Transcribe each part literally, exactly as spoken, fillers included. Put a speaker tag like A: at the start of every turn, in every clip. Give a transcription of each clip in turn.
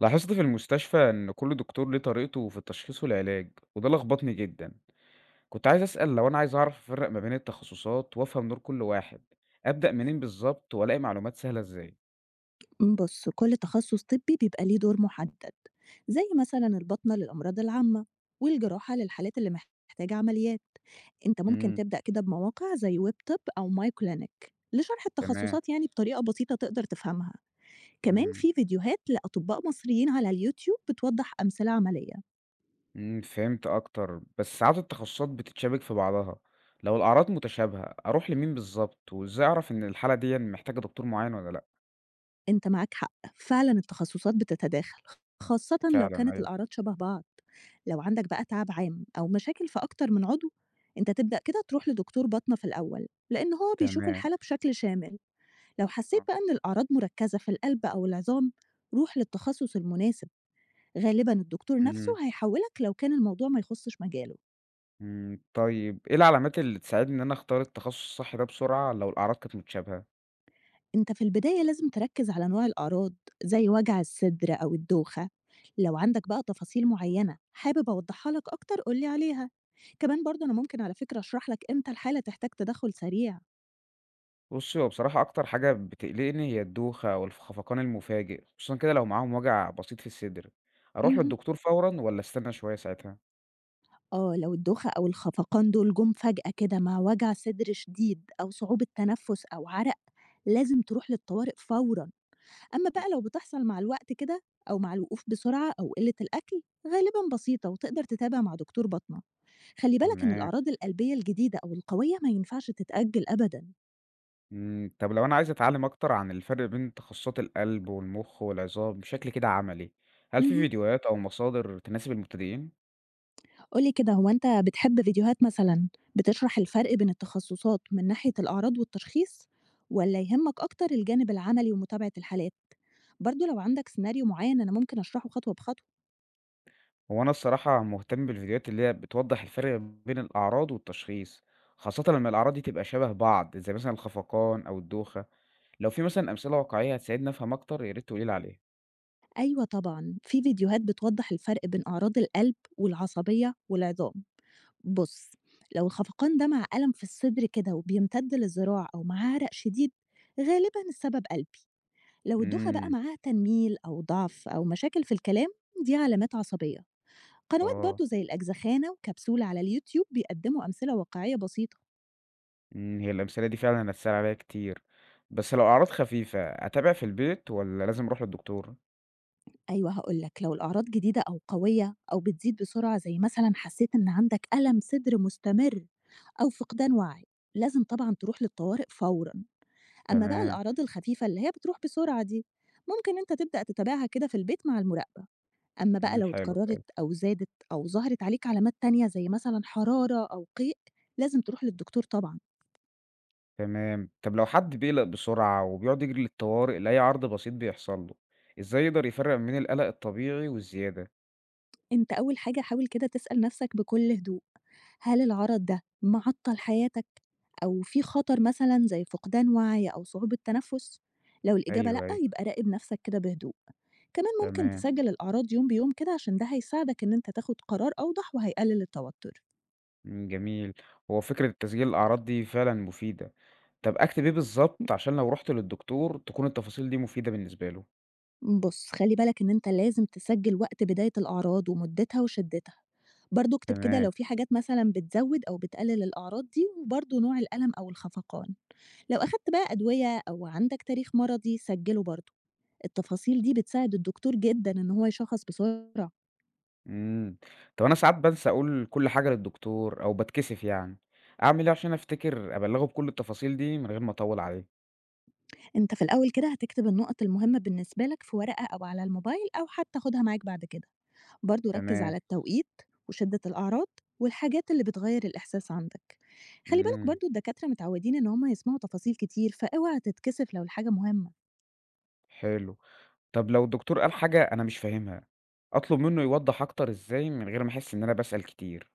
A: لاحظت في المستشفى إن كل دكتور ليه طريقته في التشخيص والعلاج وده لخبطني جدا. كنت عايز أسأل لو أنا عايز أعرف أفرق ما بين التخصصات وأفهم دور كل واحد. أبدأ منين بالظبط وألاقي معلومات سهلة إزاي؟
B: امم، بُص، كل تخصص طبي بيبقى ليه دور محدد، زي مثلًا الباطنة للأمراض العامة، والجراحة للحالات اللي محتاجة عمليات. أنت ممكن
A: امم.
B: تبدأ كده بمواقع زي ويب طب أو ماي كلينيك لشرح
A: تمام.
B: التخصصات يعني بطريقة بسيطة تقدر تفهمها. كمان
A: امم.
B: في فيديوهات لأطباء مصريين على اليوتيوب بتوضح أمثلة عملية.
A: امم فهمت أكتر، بس ساعات التخصصات بتتشابك في بعضها. لو الأعراض متشابهة أروح لمين بالظبط، وإزاي أعرف إن الحالة دي محتاجة دكتور معين ولا لأ؟
B: أنت معاك حق، فعلًا التخصصات بتتداخل، خاصةً لو
A: فعلا،
B: كانت
A: أيوه.
B: الأعراض شبه بعض. لو عندك بقى تعب عام أو مشاكل في أكتر من عضو، أنت تبدأ كده تروح لدكتور باطنة في الأول، لأن هو بيشوف
A: تمام.
B: الحالة بشكل شامل. لو
A: آه.
B: حسيت بقى إن الأعراض مركزة في القلب أو العظام، روح للتخصص المناسب، غالبًا الدكتور نفسه
A: امم
B: هيحولك لو كان الموضوع ما يخصش مجاله.
A: إمم، طيب إيه العلامات اللي تساعدني إن أنا أختار التخصُّص الصح ده بسرعة لو الأعراض كانت متشابهة؟
B: أنت في البداية لازم تركز على نوع الأعراض زي وجع الصدر أو الدوخة. لو عندك بقى تفاصيل معينة حابب أوضحها لك أكتر قولي عليها. كمان برضه أنا ممكن على فكرة أشرح لك إمتى الحالة تحتاج تدخل سريع
A: بُصّي، هو بصراحة أكتر حاجة بتقلقني هي الدوخة أو الف خفقان المفاجئ، خصوصًا كده لو معاهم وجع بسيط في الصدر، أروح
B: مهم.
A: للدكتور فورًا والّا أستنى شوية ساعتها؟
B: آه، لو الدوخة أو الخفقان دول جم فجأة كده مع وجع صدر شديد أو صعوبة تنفس أو عرق، لازم تروح للطوارئ فورا. أما بقى
A: إمم،
B: لو بتحصل مع الوقت كده أو مع الوقوف بسرعة أو قلة الأكل، غالبا بسيطة وتقدر تتابع مع دكتور بطنة. خلّي بالك إن
A: تمام.
B: الأعراض القلبية الجديدة أو القوية ما ينفعش تتأجل أبدًا.
A: إمم، طَب لو أنا عايز أتعلّم أكتر عن الفرق بين تخصُّصات القلب والمُخ والعظام بشكل كده عملي، هل في
B: اهم.
A: فيديوهات أو مصادر تناسب المبتدئين؟
B: قُل لي كده، هو أنت بتحب فيديوهات مثلًا بتشرح الفرق بين التخصصات من ناحية الأعراض والتشخيص، والّا يهمك أكتر الجانب العملي ومتابعة الحالات؟ برضه لو عندك سيناريو معيّن أنا ممكن أشرحه خطوة بخطوة.
A: هو أنا الصراحة مهتم بالفيديوهات اللي هي بتوضح الفرق بين الأعراض والتشخيص، خاصة لما الأعراض دي تبقى شبه بعض زي مثلا الخفقان أو الدوخة. لو في مثلا أمثلة واقعية هتساعدني أفهم أكتر يا ريت تقوليلي عليها.
B: أيوه طبعًا، في فيديوهات بتوضّح الفرق بين أعراض القلب والعصبية والعظام. بُص، لو الخفقان ده مع ألم في الصدر كده وبيمتد للذراع أو مع عرق شديد، غالبًا السبب قلبي. لو الدوخة بقى
A: امم.
B: معاها تنميل أو ضعف أو مشاكل في الكلام، دي علامات عصبية. قنوات
A: اه.
B: برضو زي الأجزخانة وكبسولة على اليوتيوب بيقدموا أمثلة واقعية بسيطة.
A: امم هي الأمثلة دي فعلا هتسهل عليا كتير، بس لو أعراض خفيفة أتابع في البيت ولا لازم أروح للدكتور؟
B: أيوة هقولك، لو الأعراض جديدة أو قوية أو بتزيد بسرعة زي مثلا حسيت إن عندك ألم صدر مستمر أو فقدان وعي، لازم طبعا تروح للطوارئ فورا. أما بقى
A: تمام.
B: الأعراض الخفيفة اللي هي بتروح بسرعة دي، ممكن أنت تبدأ تتابعها كده في البيت مع المراقبة. أمّا بقى
A: امم
B: لو
A: حلو،
B: اتكرّرت
A: حلو.
B: أو زادت أو ظهرت عليك علامات تانية زي مثلًا حرارة أو قيء، لازم تروح للدكتور طبعًا.
A: تمام. طب لو حد بيقلق بسرعة وبيقعد يجري للطوارئ لأي عرض بسيط بيحصل له، إزاي يقدر يفرق بين القلق الطبيعي والزيادة؟
B: أنت أول حاجة حاول كده تسأل نَفْسك بكل هدوء، هل العرض ده معطّل حياتك أو في خطر مثلًا زي فقدان وعي أو صعوبة تنفُّس؟ لو
A: أيوه،
B: الإجابة لأ،
A: أيوه.
B: يبقى راقب نَفْسك كده بهدوء. كمان ممكن
A: تمام.
B: تسجّل الأعراض يوم بيوم كده، عشان ده هيساعدك إن أنت تاخُد قرار أوضح وهيقلل التوتُّر.
A: إمم، جميل. هو فكرة تسجيل الأعراض دي فعلًا مفيدة. طب أكتب إيه بالضبط عشان لو رُحت للدكتور تكون التفاصيل دي مفيدة بالنسبة له؟
B: بُص، خلّي بالك إن أنت لازم تسجّل وقت بداية الأعراض ومُدّتها وشِدّتها، برضه اكتب كده
A: تمام.
B: لو في حاجات مثلًا بتزوّد أو بتقلل الأعراض دي، وبرضه نوع الألم أو الخفقان. لو أخدت بقى أدوية أو عندك تاريخ مرضي سجّله برضه، التفاصيل دي بتساعد الدكتور جدًا إن هو يشخّص بسرعة.
A: إمم. طب أنا ساعات بانسى أقول كل حاجة للدكتور أو باتكسف يعني، أعمل إيه عشان أفتكر أبلّغه بكل التفاصيل دي من غير ما أطوّل عليه؟
B: أنت في الأول كده هتكتب النُقط المهمة بالنسبة لك في ورقة أو على الموبايل أو حتى خُدها معاك بعد كده. برضو ركز على
A: تمام.
B: التوقيت وشدة الأعراض والحاجات اللي بتغير الإحساس عندك. خلي بالك
A: إمم.
B: برضو الدكاترة متعودين إن هما يسمعوا تفاصيل كتير، فاوعى تتكسف لو الحاجة مهمة.
A: حلو. طب لو الدكتور قال حاجة أنا مش فاهمها، أطلب منه يوضّح أكتر إزاي من غير ما أحس إن أنا باسأل كتير؟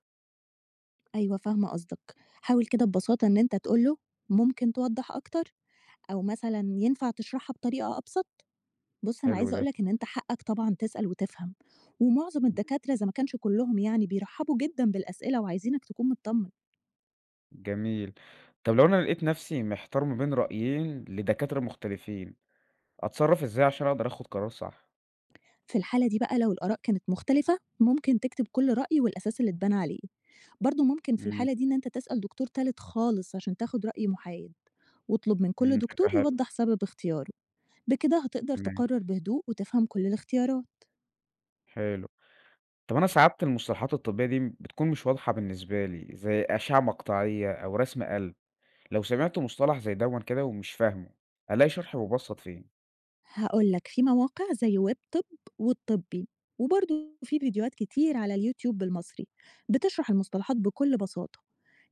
B: أيوة فاهمة قصدك، حاول كده ببساطة إن أنت تقوله ممكن توضح أكتر، أو مثلا ينفع تشرحها بطريقة أبسط. بص، أنا
A: حلو
B: عايزة
A: ده.
B: أقولك إن أنت حقك طبعا تسأل وتفهم، ومعظم الدكاترة إذا ما كانش كلهم يعني بيرحبوا جدا بالأسئلة وعايزينك تكون مطمن.
A: جميل. طب لو أنا لقيت نفسي محتار ما بين رأيين لدكاترة مختلفين، أتصرّف إزاي عشان أقدر آخُد قرار صح؟
B: في الحالة دي بقى لو الآراء كانت مختلفة، ممكن تكتب كل رأي والأساس اللي اتبنى عليه. برضه ممكن في
A: إمم،
B: الحالة دي إن أنت تسأل دكتور تالت خالص عشان تاخد رأي محايد، واطلب من كل
A: إمم، فكرة
B: دكتور
A: حلوة.
B: يوضح سبب اختياره. بكده هتقدر
A: تمام.
B: تقرر بهدوء وتفهم كل الاختيارات.
A: حلو. طب أنا ساعات المصطلحات الطبية دي بتكون مش واضحة بالنسبة لي، زي أشعة مقطعية أو رسم قلب، لو سمعت مصطلح زي دَوًّا كده ومش فاهمه ألاقي شرح مبسّط فين؟
B: هقولك، في مواقع زي ويب طب والطبي، وبرضه في فيديوهات كتير على اليوتيوب بالمصري بتشرح المصطلحات بكل بساطة.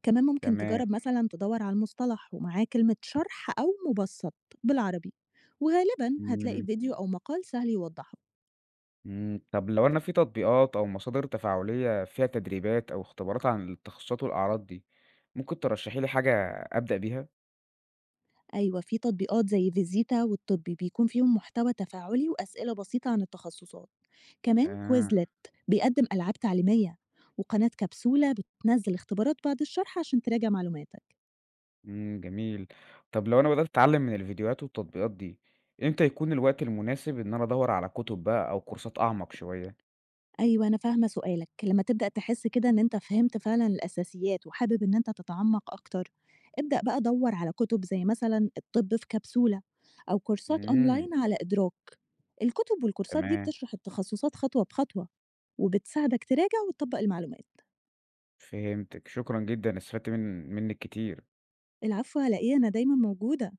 B: كمان ممكن
A: تمام.
B: تجرب مثلا تدور على المصطلح ومعاه كلمة شرح أو مبسط بالعربي، وغالبا هتلاقي
A: إمم،
B: فيديو أو مقال سهل يوضحه.
A: إمم. طب لو أنا في تطبيقات أو مصادر تفاعلية فيها تدريبات أو اختبارات عن التخصصات والأعراض دي، ممكن ترشّحي لي حاجة أبدأ بيها؟
B: أيوة، في تطبيقات زي فيزيتا والطب بيكون فيهم محتوى تفاعلي وأسئلة بسيطة عن التخصصات. كمان
A: آه.
B: كويزلت بيقدم ألعاب تعليمية، وقناة كبسولة بتنزل اختبارات بعد الشرح عشان تراجع معلوماتك.
A: إمم، جميل. طب لو أنا بدأت أتعلم من الفيديوهات والتطبيقات دي، إمتى يكون الوقت المناسب إن أنا أدوّر على كتب بقى أو كورسات أعمق شوية؟
B: أيوه أنا فاهمة سؤالك، لمّا تبدأ تحس كده إن أنت فهمت فعلًا الأساسيات وحابب إن أنت تتعمق أكتر، ابدأ بقى دَوّر على كتب زي مثلًا الطب في كبسولة أو كورسات
A: إمم.
B: أونلاين على إدراك. الكتب والكورسات دي
A: تمام.
B: بتشرح التخصصات خطوة بخطوة، وبتساعدك تراجع وتطبّق المعلومات.
A: فهمتِك. شكرًا جدًا، استفدت من منِّك كتير.
B: العفو على إيه، أنا دايمًا موجودة.